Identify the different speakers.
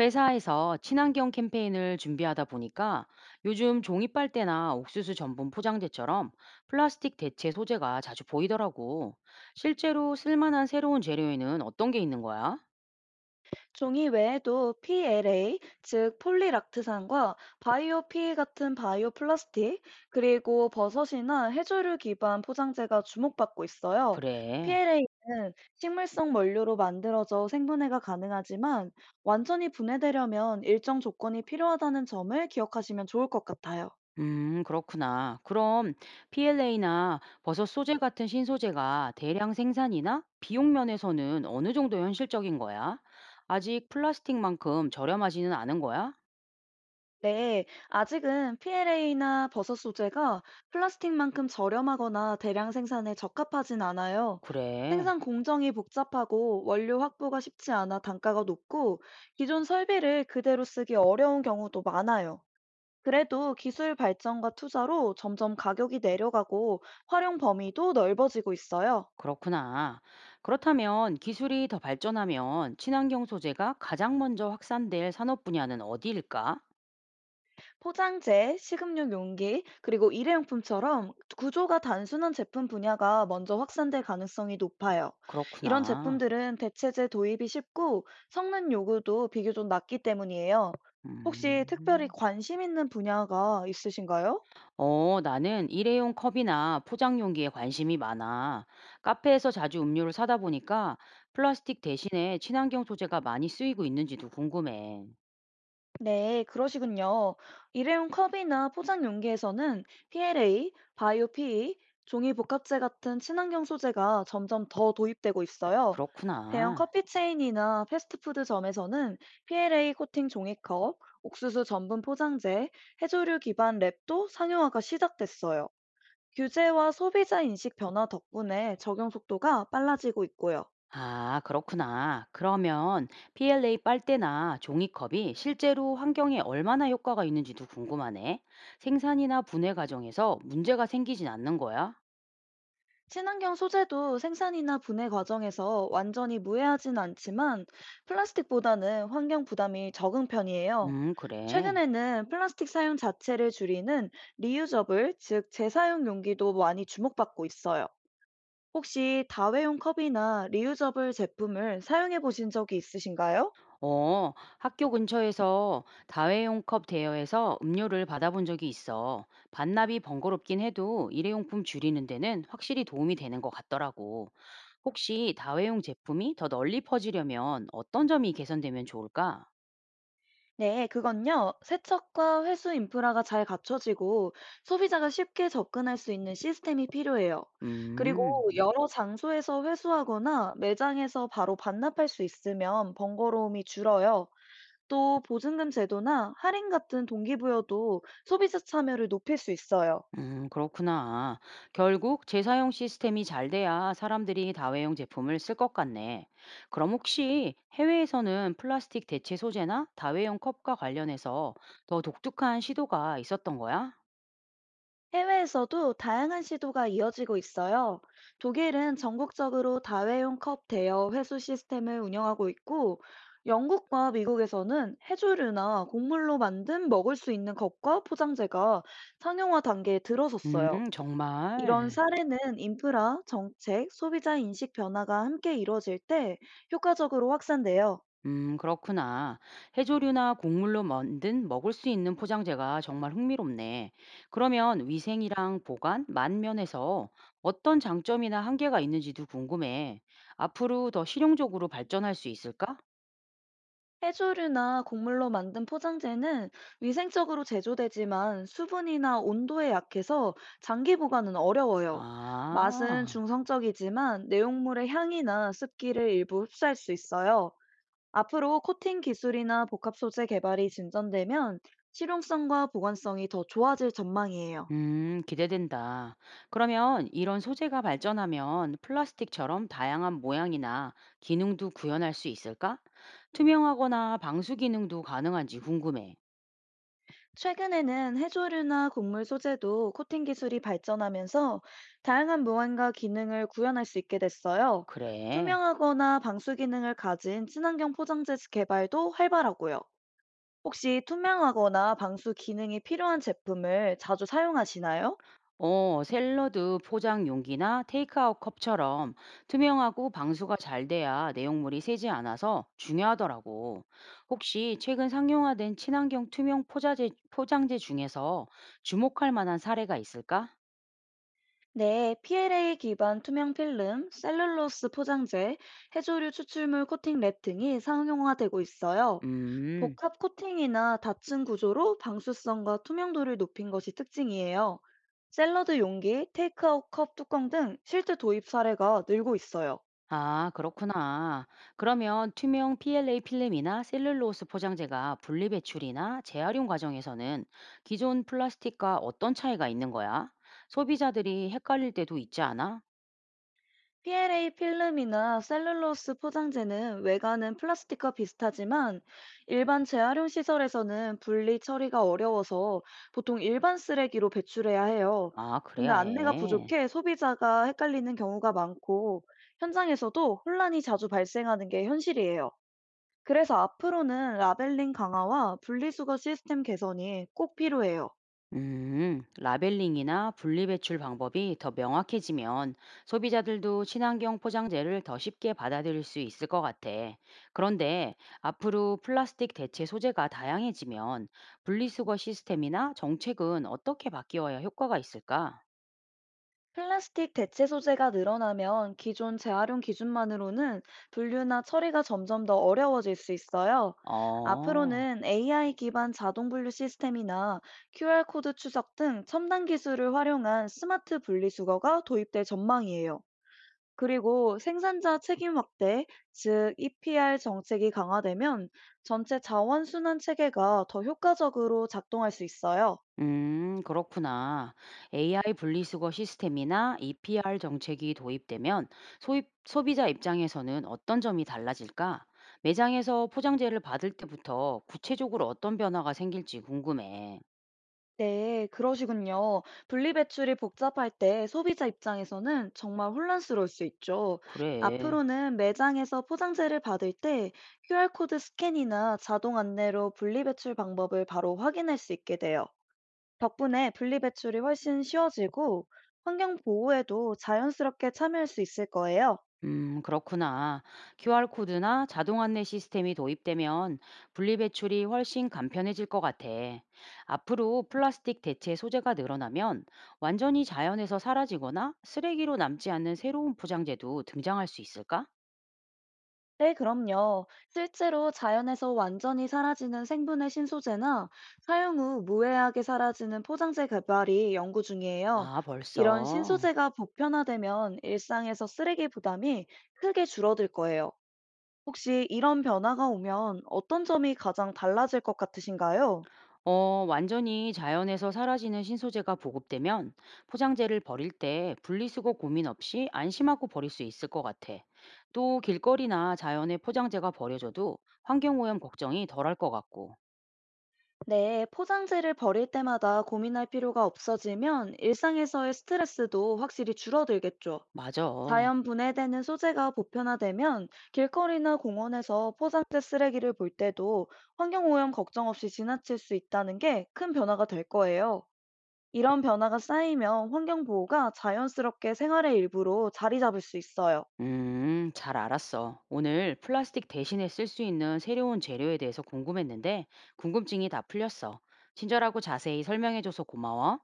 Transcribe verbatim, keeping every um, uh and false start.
Speaker 1: 회사에서 친환경 캠페인을 준비하다 보니까 요즘 종이빨대나 옥수수 전분 포장재처럼 플라스틱 대체 소재가 자주 보이더라고. 실제로 쓸만한 새로운 재료에는 어떤 게 있는 거야?
Speaker 2: 종이 외에도 피엘에이, 즉 폴리락트산과 바이오 피이 같은 바이오 플라스틱, 그리고 버섯이나 해조류 기반 포장재가 주목받고 있어요.
Speaker 1: 그래.
Speaker 2: 피엘에이는 식물성 원료로 만들어져 생분해가 가능하지만 완전히 분해되려면 일정 조건이 필요하다는 점을 기억하시면 좋을 것 같아요.
Speaker 1: 음, 그렇구나. 그럼 피엘에이나 버섯 소재 같은 신소재가 대량 생산이나 비용 면에서는 어느 정도 현실적인 거야? 아직 플라스틱만큼 저렴하지는 않은 거야?
Speaker 2: 네, 아직은 피엘에이나 버섯 소재가 플라스틱만큼 저렴하거나 대량 생산에 적합하진 않아요.
Speaker 1: 그래.
Speaker 2: 생산 공정이 복잡하고 원료 확보가 쉽지 않아 단가가 높고 기존 설비를 그대로 쓰기 어려운 경우도 많아요. 그래도 기술 발전과 투자로 점점 가격이 내려가고 활용 범위도 넓어지고 있어요.
Speaker 1: 그렇구나. 그렇다면 기술이 더 발전하면 친환경 소재가 가장 먼저 확산될 산업 분야는 어디일까?
Speaker 2: 포장재, 식음료 용기, 그리고 일회용품처럼 구조가 단순한 제품 분야가 먼저 확산될 가능성이 높아요. 이런
Speaker 1: 그렇구나.
Speaker 2: 제품들은 대체재 도입이 쉽고 성능 요구도 비교적 낮기 때문이에요. 혹시 특별히
Speaker 1: 음.
Speaker 2: 관심 있는 분야가 있으신가요?
Speaker 1: 어, 나는 일회용 컵이나 포장 용기에 관심이 많아. 카페에서 자주 음료를 사다 보니까 플라스틱 대신에 친환경 소재가 많이 쓰이고 있는지도 궁금해.
Speaker 2: 네, 그러시군요. 일회용 컵이나 포장 용기에서는 피엘에이, 바이오 피이, 종이 복합재 같은 친환경 소재가 점점 더 도입되고 있어요. 대형
Speaker 1: 그렇구나.
Speaker 2: 커피 체인이나 패스트푸드점에서는 피엘에이 코팅 종이컵, 옥수수 전분 포장재, 해조류 기반 랩도 상용화가 시작됐어요. 규제와 소비자 인식 변화 덕분에 적용 속도가 빨라지고 있고요.
Speaker 1: 아, 그렇구나. 그러면 피엘에이 빨대나 종이컵이 실제로 환경에 얼마나 효과가 있는지도 궁금하네. 생산이나 분해 과정에서 문제가 생기진 않는 거야?
Speaker 2: 친환경 소재도 생산이나 분해 과정에서 완전히 무해하진 않지만 플라스틱보다는 환경 부담이 적은 편이에요.
Speaker 1: 음, 그래.
Speaker 2: 최근에는 플라스틱 사용 자체를 줄이는 리유저블, 즉 재사용 용기도 많이 주목받고 있어요. 혹시 다회용 컵이나 리유저블 제품을 사용해 보신 적이 있으신가요?
Speaker 1: 어, 학교 근처에서 다회용 컵 대여해서 음료를 받아본 적이 있어. 반납이 번거롭긴 해도 일회용품 줄이는 데는 확실히 도움이 되는 것 같더라고. 혹시 다회용 제품이 더 널리 퍼지려면 어떤 점이 개선되면 좋을까?
Speaker 2: 네, 그건요. 세척과 회수 인프라가 잘 갖춰지고 소비자가 쉽게 접근할 수 있는 시스템이 필요해요.
Speaker 1: 음.
Speaker 2: 그리고 여러 장소에서 회수하거나 매장에서 바로 반납할 수 있으면 번거로움이 줄어요. 또 보증금 제도나 할인 같은 동기부여도 소비자 참여를 높일 수 있어요.
Speaker 1: 음, 그렇구나. 결국 재사용 시스템이 잘 돼야 사람들이 다회용 제품을 쓸 것 같네. 그럼 혹시 해외에서는 플라스틱 대체 소재나 다회용 컵과 관련해서 더 독특한 시도가 있었던 거야?
Speaker 2: 해외에서도 다양한 시도가 이어지고 있어요. 독일은 전국적으로 다회용 컵 대여 회수 시스템을 운영하고 있고, 영국과 미국에서는 해조류나 곡물로 만든 먹을 수 있는 컵과 포장재가 상용화 단계에 들어섰어요.
Speaker 1: 음,
Speaker 2: 이런
Speaker 1: 정말.
Speaker 2: 사례는 인프라, 정책, 소비자 인식 변화가 함께 이루어질 때 효과적으로 확산돼요.
Speaker 1: 음, 그렇구나. 해조류나 곡물로 만든 먹을 수 있는 포장재가 정말 흥미롭네. 그러면 위생이랑 보관, 만면에서 어떤 장점이나 한계가 있는지도 궁금해. 앞으로 더 실용적으로 발전할 수 있을까?
Speaker 2: 해조류나 곡물로 만든 포장재는 위생적으로 제조되지만 수분이나 온도에 약해서 장기 보관은 어려워요. 맛은
Speaker 1: 아,
Speaker 2: 중성적이지만 내용물의 향이나 습기를 일부 흡수할 수 있어요. 앞으로 코팅 기술이나 복합 소재 개발이 진전되면 실용성과 보관성이 더 좋아질 전망이에요.
Speaker 1: 음, 기대된다. 그러면 이런 소재가 발전하면 플라스틱처럼 다양한 모양이나 기능도 구현할 수 있을까? 투명하거나 방수 기능도 가능한지 궁금해.
Speaker 2: 최근에는 해조류나 곡물 소재도 코팅 기술이 발전하면서 다양한 무언과 기능을 구현할 수 있게 됐어요.
Speaker 1: 그래.
Speaker 2: 투명하거나 방수 기능을 가진 친환경 포장재 개발도 활발하고요. 혹시 투명하거나 방수 기능이 필요한 제품을 자주 사용하시나요?
Speaker 1: 어, 샐러드 포장 용기나 테이크아웃 컵처럼 투명하고 방수가 잘 돼야 내용물이 새지 않아서 중요하더라고. 혹시 최근 상용화된 친환경 투명 포자재, 포장재 중에서 주목할 만한 사례가 있을까?
Speaker 2: 네, 피엘에이 기반 투명 필름, 셀룰로스 포장재, 해조류 추출물 코팅 랩 등이 상용화되고 있어요.
Speaker 1: 음,
Speaker 2: 복합 코팅이나 닫힌 구조로 방수성과 투명도를 높인 것이 특징이에요. 샐러드 용기, 테이크아웃 컵 뚜껑 등 실제 도입 사례가 늘고 있어요.
Speaker 1: 아, 그렇구나. 그러면 투명 피엘에이 필름이나 셀룰로스 포장재가 분리 배출이나 재활용 과정에서는 기존 플라스틱과 어떤 차이가 있는 거야? 소비자들이 헷갈릴 때도 있지 않아?
Speaker 2: 피엘에이 필름이나 셀룰로스 포장재는 외관은 플라스틱과 비슷하지만 일반 재활용 시설에서는 분리 처리가 어려워서 보통 일반 쓰레기로 배출해야 해요.
Speaker 1: 아,
Speaker 2: 근데
Speaker 1: 그래야
Speaker 2: 안내가
Speaker 1: 해.
Speaker 2: 부족해 소비자가 헷갈리는 경우가 많고 현장에서도 혼란이 자주 발생하는 게 현실이에요. 그래서 앞으로는 라벨링 강화와 분리수거 시스템 개선이 꼭 필요해요.
Speaker 1: 음, 라벨링이나 분리배출 방법이 더 명확해지면 소비자들도 친환경 포장재를 더 쉽게 받아들일 수 있을 것 같아. 그런데 앞으로 플라스틱 대체 소재가 다양해지면 분리수거 시스템이나 정책은 어떻게 바뀌어야 효과가 있을까?
Speaker 2: 플라스틱 대체 소재가 늘어나면 기존 재활용 기준만으로는 분류나 처리가 점점 더 어려워질 수 있어요.
Speaker 1: 어.
Speaker 2: 앞으로는 에이아이 기반 자동 분류 시스템이나 큐알코드 추적 등 첨단 기술을 활용한 스마트 분리수거가 도입될 전망이에요. 그리고 생산자 책임 확대, 즉 이피알 정책이 강화되면 전체 자원 순환 체계가 더 효과적으로 작동할 수 있어요.
Speaker 1: 음, 그렇구나. 에이아이 분리수거 시스템이나 이피알 정책이 도입되면 소입, 소비자 입장에서는 어떤 점이 달라질까? 매장에서 포장재를 받을 때부터 구체적으로 어떤 변화가 생길지 궁금해.
Speaker 2: 네, 그러시군요. 분리배출이 복잡할 때 소비자 입장에서는 정말 혼란스러울 수 있죠.
Speaker 1: 그래.
Speaker 2: 앞으로는 매장에서 포장재를 받을 때 큐알코드 스캔이나 자동 안내로 분리배출 방법을 바로 확인할 수 있게 돼요. 덕분에 분리배출이 훨씬 쉬워지고 환경 보호에도 자연스럽게 참여할 수 있을 거예요.
Speaker 1: 음, 그렇구나. 큐알코드나 자동 안내 시스템이 도입되면 분리배출이 훨씬 간편해질 것 같아. 앞으로 플라스틱 대체 소재가 늘어나면 완전히 자연에서 사라지거나 쓰레기로 남지 않는 새로운 포장재도 등장할 수 있을까?
Speaker 2: 네, 그럼요. 실제로 자연에서 완전히 사라지는 생분해 신소재나 사용 후 무해하게 사라지는 포장재 개발이 연구 중이에요.
Speaker 1: 아,
Speaker 2: 이런
Speaker 1: 벌써.
Speaker 2: 신소재가 보편화되면 일상에서 쓰레기 부담이 크게 줄어들 거예요. 혹시 이런 변화가 오면 어떤 점이 가장 달라질 것 같으신가요?
Speaker 1: 어, 완전히 자연에서 사라지는 신소재가 보급되면 포장재를 버릴 때 분리수거 고민 없이 안심하고 버릴 수 있을 것 같아. 또 길거리나 자연에 포장재가 버려져도 환경오염 걱정이 덜할 것 같고.
Speaker 2: 네, 포장재를 버릴 때마다 고민할 필요가 없어지면 일상에서의 스트레스도 확실히 줄어들겠죠.
Speaker 1: 맞아.
Speaker 2: 자연 분해되는 소재가 보편화되면 길거리나 공원에서 포장재 쓰레기를 볼 때도 환경오염 걱정 없이 지나칠 수 있다는 게 큰 변화가 될 거예요. 이런 변화가 쌓이면 환경보호가 자연스럽게 생활의 일부로 자리 잡을 수 있어요.
Speaker 1: 음, 잘 알았어. 오늘 플라스틱 대신에 쓸 수 있는 새로운 재료에 대해서 궁금했는데 궁금증이 다 풀렸어. 친절하고 자세히 설명해줘서 고마워.